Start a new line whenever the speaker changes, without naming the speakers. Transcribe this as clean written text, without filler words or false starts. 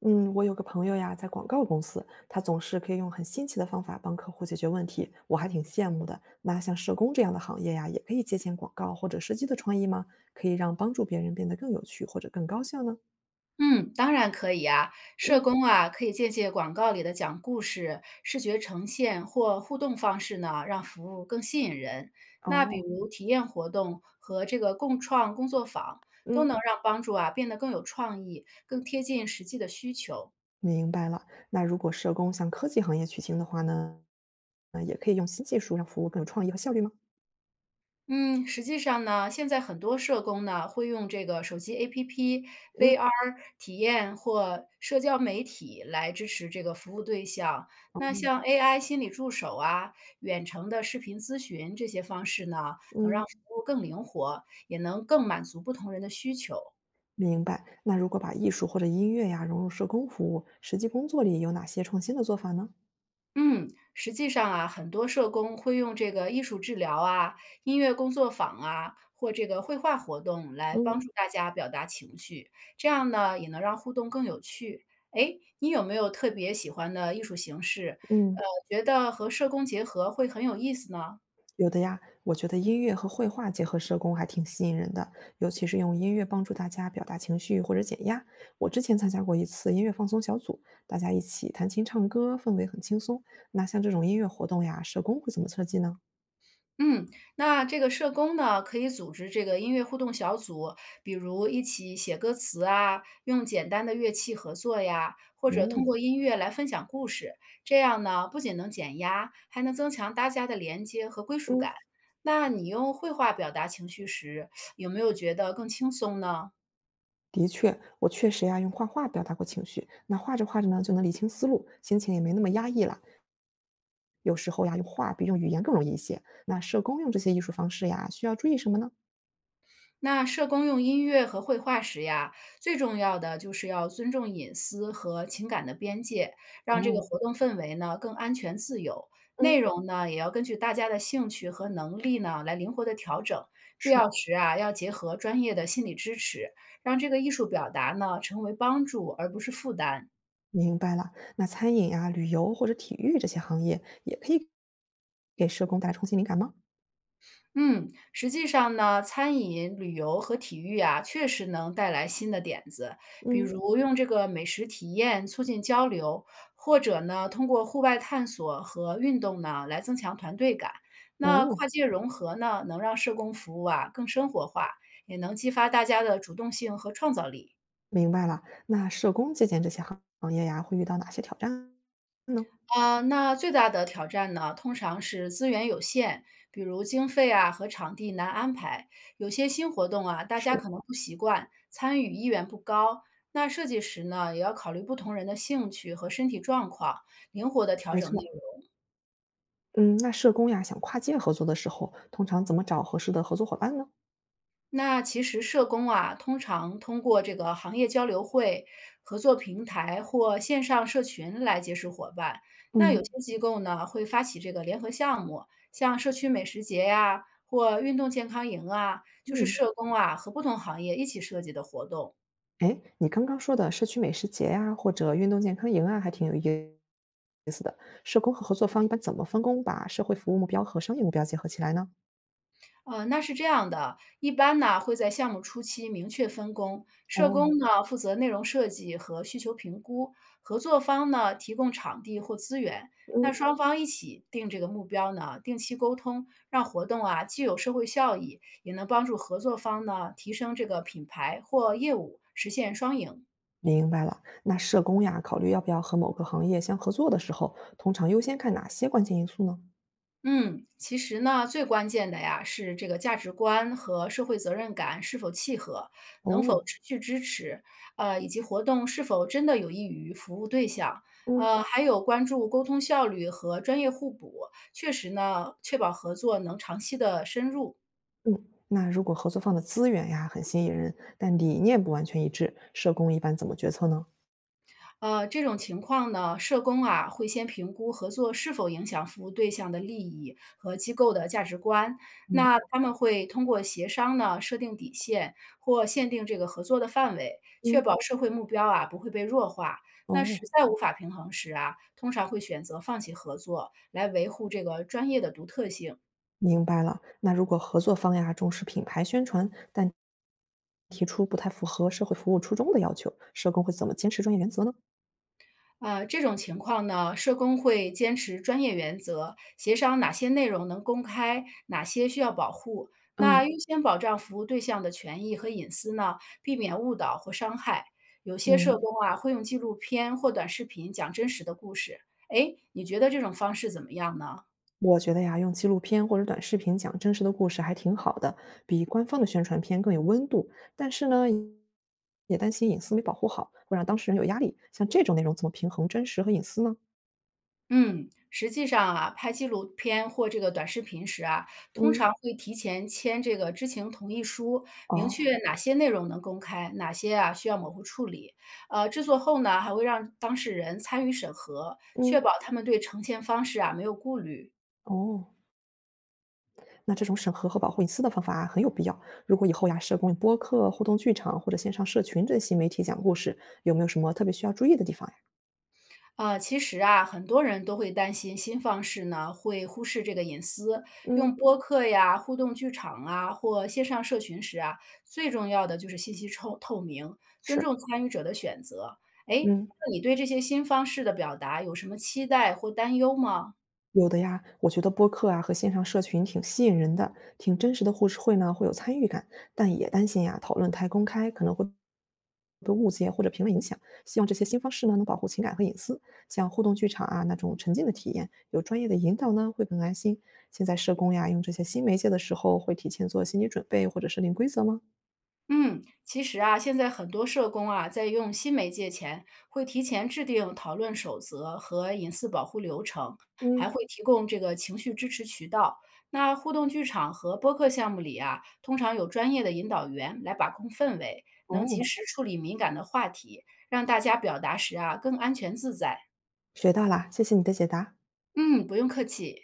嗯，我有个朋友呀，在广告公司，他总是可以用很新奇的方法帮客户解决问题，我还挺羡慕的。那像社工这样的行业呀，也可以借鉴广告或者设计的创意吗？可以让帮助别人变得更有趣或者更高效呢？
嗯，当然可以啊。社
嗯，
工啊，可以借鉴广告里的讲故事、视觉呈现或互动方式呢，让服务更吸引人。那比
哦，
如体验活动和这个共创工作坊，都
嗯，
能让帮助啊变得更有创意，更贴近实际的需求。
明白了。那如果社工向科技行业取经的话呢，也可以用新技术让服务更有创意和效率吗？
嗯，实际上呢，现在很多社工呢会用这个手机 APP、
嗯
VR 体验或社交媒体来支持这个服务对象。那像 AI 心理助手啊、远程的视频咨询这些方式呢，能让
嗯，
服务更灵活，也能更满足不同人的需求。
明白。那如果把艺术或者音乐呀融入社工服务，实际工作里有哪些创新的做法呢？
嗯，实际上啊，很多社工会用这个艺术治疗啊、音乐工作坊啊，或这个绘画活动来帮
嗯
助大家表达情绪，这样呢也能让互动更有趣。哎，你有没有特别喜欢的艺术形式？
嗯。
呃，觉得和社工结合会很有意思呢？
有的呀，我觉得音乐和绘画结合社工还挺吸引人的，尤其是用音乐帮助大家表达情绪或者减压。我之前参加过一次音乐放松小组，大家一起弹琴唱歌，氛围很轻松。那像这种音乐活动呀，社工会怎么设计呢？
嗯，那这个社工呢，可以组织这个音乐互动小组，比如一起写歌词啊，用简单的乐器合作呀，或者通
哦，
过音乐来分享故事。这样呢，不仅能减压，还能增强大家的连接和归属
嗯，
感。那你用绘画表达情绪时，有没有觉得更轻松呢？
的确，我确实呀用画画表达过情绪，那画着画着呢就能理清思路，心情也没那么压抑了。有时候呀，用画比用语言更容易一些。那社工用这些艺术方式呀，需要注意什么呢？
那社工用音乐和绘画时呀，最重要的就是要尊重隐私和情感的边界，让这个
哦，
活动氛围呢更安全自由。内
嗯，
容呢也要根据大家的兴趣和能力呢来灵活的调整，必要
是。
时啊要结合专业的心理支持，让这个艺术表达呢成为帮助而不是负担。
明白了，那餐饮呀、旅游或者体育这些行业也可以给社工带来创新灵感吗？
嗯，实际上呢，餐饮、旅游和体育啊，确实能带来新的点子，比
嗯，
如用这个美食体验促进交流，或者呢，通过户外探索和运动呢，来增强团队感。那
哦，
跨界融合呢，能让社工服务啊更生活化，也能激发大家的主动性和创造力。
明白了。那社工借鉴这些行业呀，会遇到哪些挑战呢？
啊，那最大的挑战呢，通常是资源有限，比如经费啊和场地难安排。有些新活动啊，大家
是，
可能不习惯，参与意愿不高。那设计时呢，也要考虑不同人的兴趣和身体状况，灵活的调
没
整内
错。
容。
嗯，那社工呀，想跨界合作的时候，通常怎么找合适的合作伙伴呢？
那其实社工啊，通常通过这个行业交流会、合作平台或线上社群来结识伙伴。那有
嗯
些机构呢，会发起这个联合项目，像社区美食节呀、或运动健康营啊，就是
嗯，
社工啊和不同行业一起设计的活动。
哎，你刚刚说的社区美食节呀、或者运动健康营啊，还挺有意思的。社工和合作方一般怎么分工，把社会服务目标和商业目标结合起来呢？
那是这样的，一般呢会在项目初期明确分工，社
哦，
工呢负责内容设计和需求评估，合作方呢提供场地或资源。那
嗯。
双方一起定这个目标呢，定期沟通，让活动啊既有社会效益，也能帮助合作方呢提升这个品牌或业务，实现双赢。
明白了，那社工呀，考虑要不要和某个行业相合作的时候，通常优先看哪些关键因素呢？
嗯，其实呢，最关键的呀是这个价值观和社会责任感是否契合，能否
哦，
持续支持，以及活动是否真的有益于服务对象，
嗯，
还有关注沟通效率和专业互补，确实呢，确保合作能长期的深入。
嗯，那如果合作方的资源呀很吸引人，但理念不完全一致，社工一般怎么决策呢？
这种情况呢，社工啊会先评估合作是否影响服务对象的利益和机构的价值观。
嗯，
那他们会通过协商呢，设定底线或限定这个合作的范围，确
嗯，
保社会目标啊不会被弱化。那实
哦，
在无法平衡时啊，通常会选择放弃合作，来维护这个专业的独特性。
明白了。那如果合作方呀重视品牌宣传，但提出不太符合社会服务初衷的要求，社工会怎么坚持专业原则呢？
这种情况呢，社工会坚持专业原则，协商哪些内容能公开，哪些需要保护。
嗯
那优先保障服务对象的权益和隐私呢，避免误导或伤害。有些社
嗯，
工啊，会用纪录片或短视频讲真实的故事。哎，你觉得这种方式怎么样呢？
我觉得呀，用纪录片或者短视频讲真实的故事还挺好的，比官方的宣传片更有温度。但是呢，也担心隐私没保护好，会让当事人有压力。像这种内容怎么平衡真实和隐私呢？
嗯，实际上啊，拍纪录片或这个短视频时啊，通
嗯，
常会提前签这个知情同意书，明确
哦，
哪些内容能公开，哪些啊需要模糊处理。制作后呢，还会让当事人参与审核，确
嗯，
保他们对呈现方式啊没有顾虑。
哦，那这种审核和保护隐私的方法啊很有必要。如果以后呀，社工、播客、互动剧场或者线上社群这些媒体讲故事，有没有什么特别需要注意的地方呀？
其实啊，很多人都会担心新方式呢会忽视这个隐私。
嗯，
用播客呀、互动剧场啊或线上社群时啊，最重要的就是信息透明，尊
是，
重参与者的选择。哎，
嗯。
那你对这些新方式的表达有什么期待或担忧吗？
有的呀，我觉得播客啊和线上社群挺吸引人的，挺真实的互士会呢会有参与感，但也担心呀讨论太公开可能会被误解或者评论影响。希望这些新方式呢能保护情感和隐私，像互动剧场啊那种沉浸的体验，有专业的引导呢会更安心。现在社工呀用这些新媒介的时候，会提前做心理准备或者设定规则吗？
嗯，其实啊，现在很多社工啊，在用新媒介前，会提前制定讨论守则和隐私保护流程，还
嗯，
会提供这个情绪支持渠道。那互动剧场和播客项目里啊，通常有专业的引导员来把控氛围，能及
哦，
时处理敏感的话题，让大家表达时啊更安全自在。
学到啦，谢谢你的解答。
嗯，不用客气。